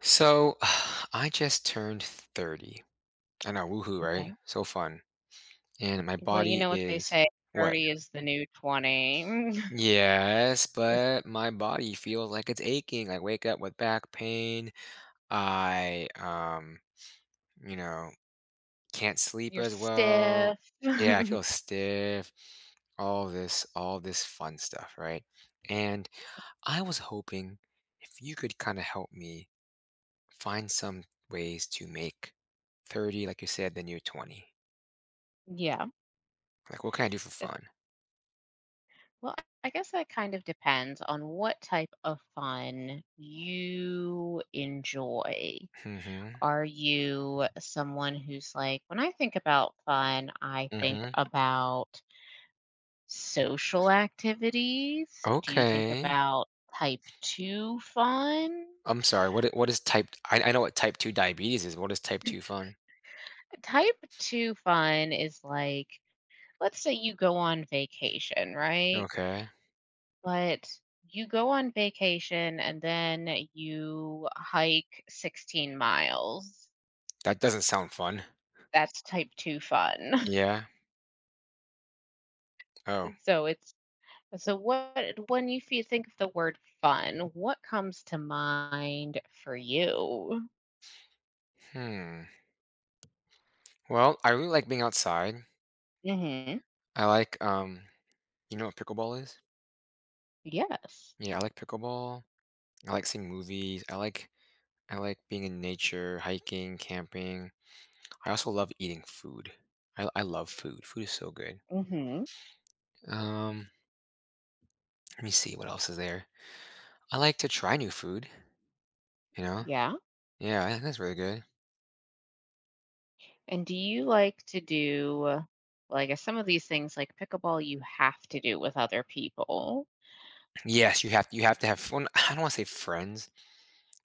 So I just turned 30. I know, woohoo, right? Okay. So fun. And my Well, you body know what they is. say, What? 30 is the new 20. Yes, but my body feels like it's aching. I wake up with back pain. I you know, can't sleep You're as well. stiff. Yeah, I feel stiff. All this fun stuff, right? And I was hoping if you could kind of help me find some ways to make 30, like you said, the new 20. Yeah. Like, what can I do for If- fun? Well, I guess that kind of depends on what type of fun you enjoy. Hmm. Are you someone who's like, when I think about fun, I think Hmm. about social activities? Do you think Okay. about type two fun? I'm sorry. What is type? I know what type two diabetes is. What is type two fun? Type two fun is like, let's say you go on vacation, right? Okay. But you go on vacation and then you hike 16 miles. That doesn't sound fun. That's type 2 fun. Yeah. Oh. So it's so what, when you think of the word fun, what comes to mind for you? Hmm. Well, I really like being outside. Mhm. I like. You know what pickleball is? Yes. Yeah, I like pickleball. I like seeing movies. I like being in nature, hiking, camping. I also love eating food. I love food. Food is so good. Mhm. Um, Let me see what else is there. I like to try new food. You know, Yeah. yeah, I think that's really good. And do you like to do, well, I guess some of these things like pickleball you have to do with other people. Yes, you have to have. Well, I don't want to say friends,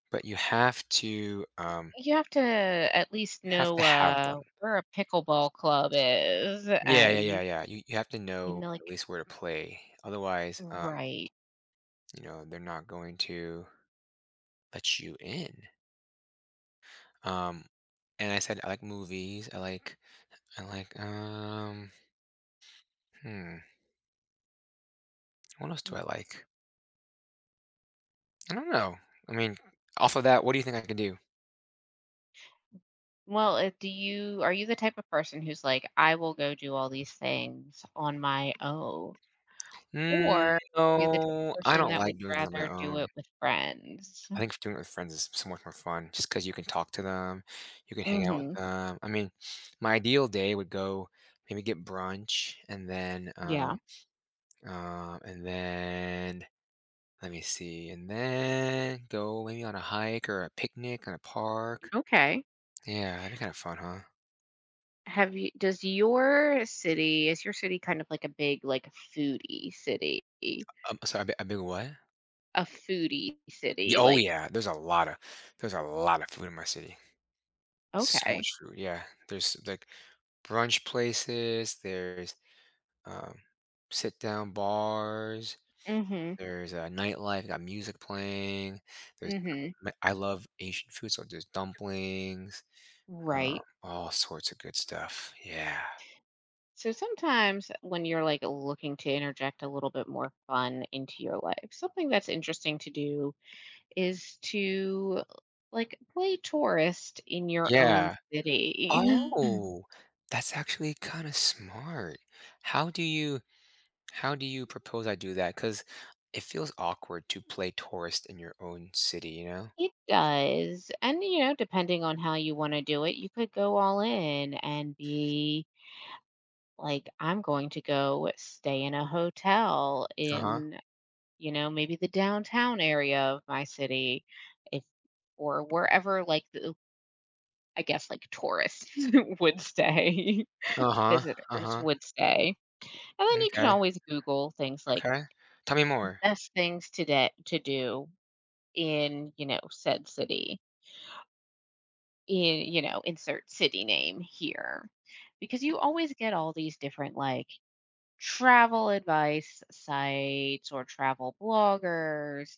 but You have to at least you have know, to have them. Where a pickleball club is, Yeah, yeah, yeah, and, yeah. You have to you know know, at like, least where to play. Otherwise, right. They're not going to let you in. Um, and I said I like movies. I like hmm. What else do I like? I don't know. I mean, off of that, what do you think I could do? Well, do you, are you the type of person who's like, "I will go do all these things on my own," or Mm, are you the type of no, I person don't that like would doing this on my rather do own. it with friends? I think doing it with friends is so much more fun just because you can talk to them, you can hang out with Mhm. them. I mean, my ideal day would go maybe get brunch Yeah. And then let me see, and then go maybe on a hike or a picnic in a park. Okay. Yeah, that'd be kind of fun, huh? Have you, does your city, is your city kind of like a big, like, foodie city? Sorry, a big what? A foodie Yeah, city, oh like, yeah, there's a lot of food in my city. So okay. much food, yeah. There's like brunch places, there's um, sit down bars, Mhm. there's a nightlife, got music playing. There's Hmm. I love Asian food, so there's dumplings, Right. all sorts of good stuff. Yeah. So sometimes when you're like looking to interject a little bit more fun into your life, something that's interesting to do is to like play tourist in your own Yeah. city. Oh, that's actually kind of smart. How do you how do you propose I do that? Because it feels awkward to play tourist in your own city, you know? It does. And, you know, depending on how you want to do it, you could go all in and be like, I'm going to go stay in a hotel Uh-huh. in, you know, maybe the downtown area of my city, if, or wherever like the, I guess like tourists would stay, Uh-huh. visitors Uh-huh. would stay. And then you can Okay. always Google things like Okay. Tell me more. best things to to do in, you know, said city, in, you know, insert city name here. Because you always get all these different like travel advice sites or travel bloggers,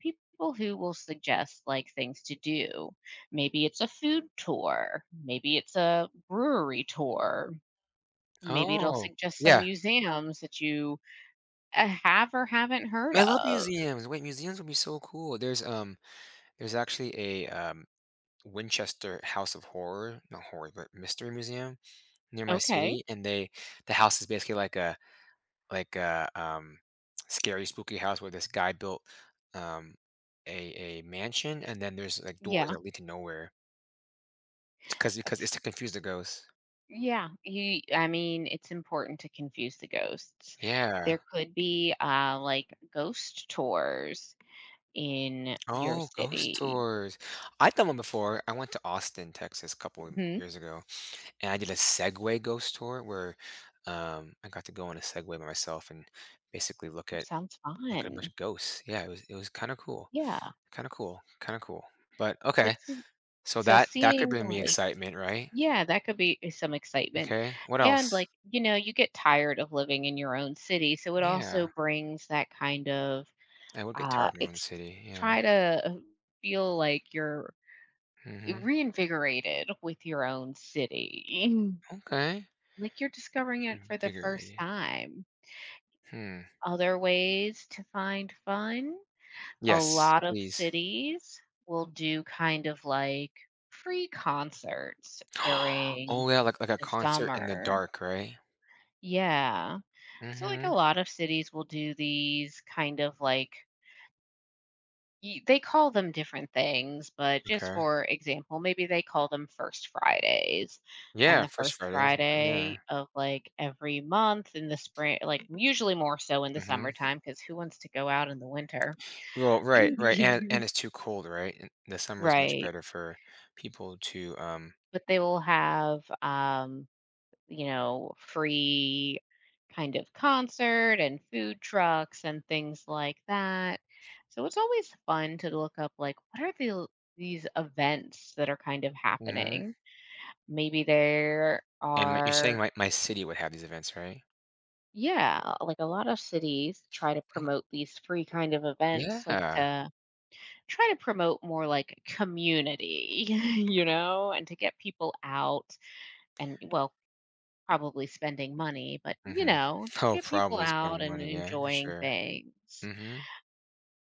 people who will suggest like things to do. Maybe it's a food tour, maybe it's a brewery tour, maybe it'll Oh, suggest some yeah. museums that you have or haven't heard I love of. museums. Wait, museums would be so cool. There's actually a, Winchester House of Horror, not horror, but mystery museum near my Okay. city, and the house is basically like a like a, um, scary, spooky house where this guy built, um, a a mansion, and then there's, like, doors Yeah. that lead to nowhere because that's- it's to confuse the ghosts. Yeah, you, I mean, it's important to confuse the ghosts. Yeah. There could be like ghost tours in your Oh, ghost city. tours. I've done one before. I went to Austin, Texas, a couple of Mhm. years ago, and I did a Segway ghost tour where I got to go on a Segway by myself and basically look Oh, at sounds look at a bunch fun. of ghosts. Yeah, it was kind of cool, Yeah. kind of cool, kind of cool. But okay, But see, so so that could seeing bring me like, excitement, right? yeah, that could be some excitement. Okay, what else? And like, you know, you get tired of living in your own city. So it also Yeah, brings that kind of I would get uh tired of my own ex- city. Yeah. try to feel like you're Mm-hmm. reinvigorated with your own city. Mm. Okay. Like you're discovering it for the first Invigorated. time. Hmm. Other ways to find fun, a Yes, lot of please. cities will do kind of like free concerts during Oh, yeah, like a the concert in the summer. dark, right? Yeah. So, like, a Mhm. lot of cities will do these kind of like, they call them different things, but just Okay. for example, maybe they call them First Fridays. And Yeah, the First first Fridays, yeah. Friday of like every month in the spring, like usually more so in the Mhm. summertime, because who wants to go out in the winter? Well, right, right, and You- it's too cold, right? And the summer is much right. better for people to, But they will have you know, free kind of concert and food trucks and things like that, so it's always fun to look up like what are the these events that are kind of mhm, happening, maybe there and m you're saying are, my city would have these events, right? yeah, like a lot of cities try to Ok. promote these free kind of events, like Yeah, to try to promote more like community, you know, and to get people out, and, well, probably spending money, but you mhm. know, Oh, get people probably out spending and money, yeah, for enjoying sure. things. Mhm.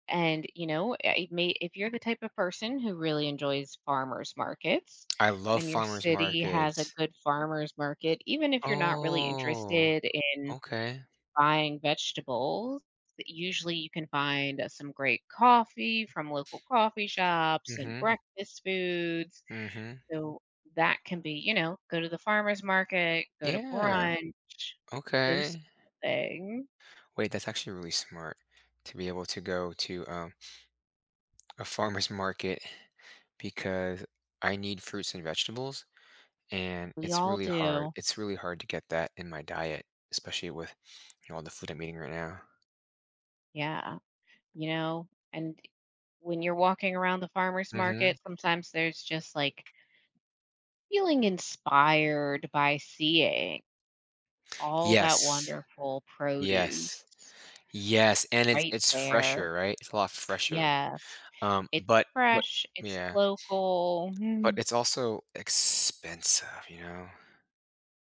And you know, it may, if you're the type of person who really enjoys farmers markets I love and your farmers city has a markets. good farmers market, even if you're not really Oh, interested in okay. buying vegetables, usually you can find some great coffee from local coffee shops and Mhm, breakfast foods, mhm. so that can be, you know, go to the farmer's market, go to Yeah, brunch, those okay. things. Wait, that's actually really smart to be able to go to a farmer's market because I need fruits and vegetables, and We it's all really hard. do. It's really hard to get that in my diet, especially with all the food I'm eating right now. Yeah. You know, and when you're walking around the farmer's Hmm. market, sometimes there's just like feeling inspired by seeing all that Yes, wonderful produce yes, yes, and it's right it's there. fresher, right? It's a lot fresher. Yes. Um, It's but but fresh, it's yeah, local. but Mm. it's also expensive, you know?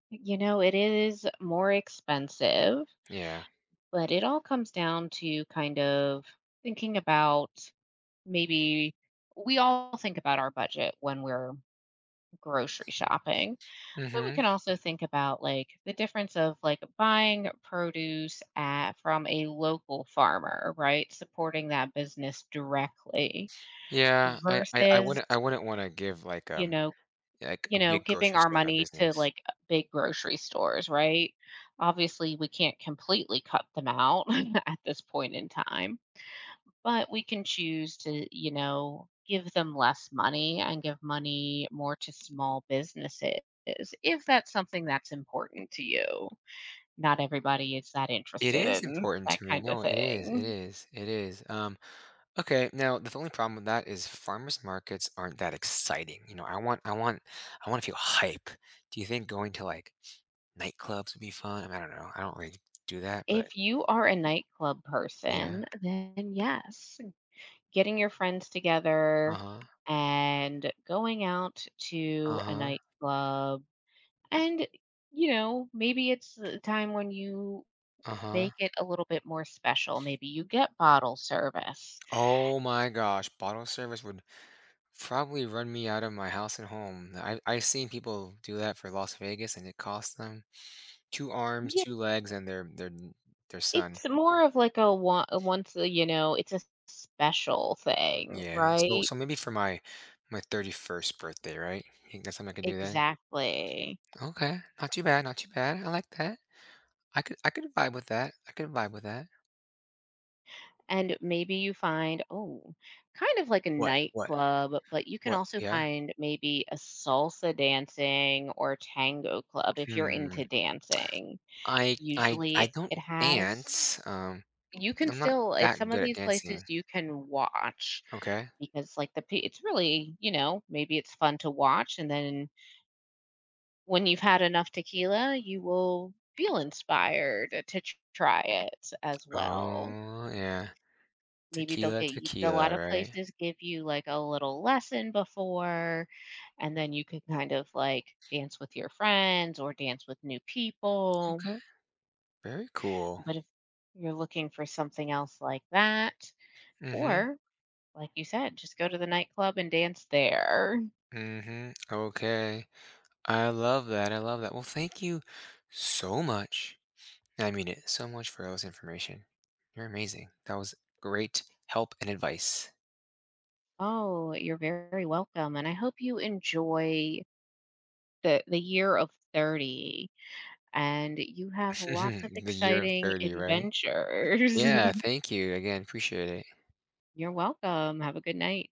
You know, it is more expensive, Yeah. but it all comes down to kind of thinking about, maybe we all think about our budget when we're grocery shopping, but we Mm-hmm. can also think about like the difference of like buying produce at, from a local farmer, right? Supporting that business directly Yeah, I versus, wouldn't want to give like you um know, Like, you a know, big giving grocery our store, my money to business. like big grocery stores, right? Obviously, we can't completely cut them out at this point in time, but we can choose to, you know, give them less money and give money more to small businesses if that's something that's important to you. Not everybody is that It interested is in important that to me. kind of No, it is, it thing. is, it is. Okay, now the only problem with that is farmers markets aren't that exciting. I wanna feel hype. Do you think going to, like, nightclubs would be fun? I mean, I don't know. I don't really do that, but If you are a nightclub yeah. person, then yes, getting your friends together Uh-huh. and going out to a Uh-huh. nightclub and, you know, maybe it's a time when you Uh-huh. make it a little bit more special. Maybe you get bottle service. Oh my gosh, bottle service would probably run me out of my house and home. I've seen people do that for Las Vegas, and it costs them 2 arms, Yeah. 2 legs, and their son. It's more of like a one, a once a, you know, it's a special thing, Yeah, so right? so maybe for my 31st birthday, right? You think that's something I could do then? Exactly. Okay, not too bad, not too bad, I like that. I could vibe with that, I could vibe with that. And maybe you find, oh, kind of like a What? What? nightclub, but you can What? also Yeah? find maybe a salsa dancing or tango club if you're Hmm. into dancing. I Usually it don't has, dance, you can I'm not still, at that some of good at these places dancing. you can watch, Okay. because like the it's really, you know, maybe it's fun to watch, and then when you've had enough tequila you will feel inspired to try it as well. Oh, yeah. Maybe they'll Tequila, get you, a lot tequila, of right? places give you like a little lesson before, and then you can kind of like dance with your friends or dance with new people. Okay, very cool. But if you're looking for something else like that, Mhm, or like you said, just go to the nightclub and dance there. mhm, okay. I love that. I love that. Well, thank you so much. I mean it so much for all this information. You're amazing. That was great help and advice. Oh, you're very welcome. And I hope you enjoy the year of 30, and you have lots of The year of exciting 30, right? adventures. Yeah, thank you. Again, appreciate it. You're welcome. Have a good night.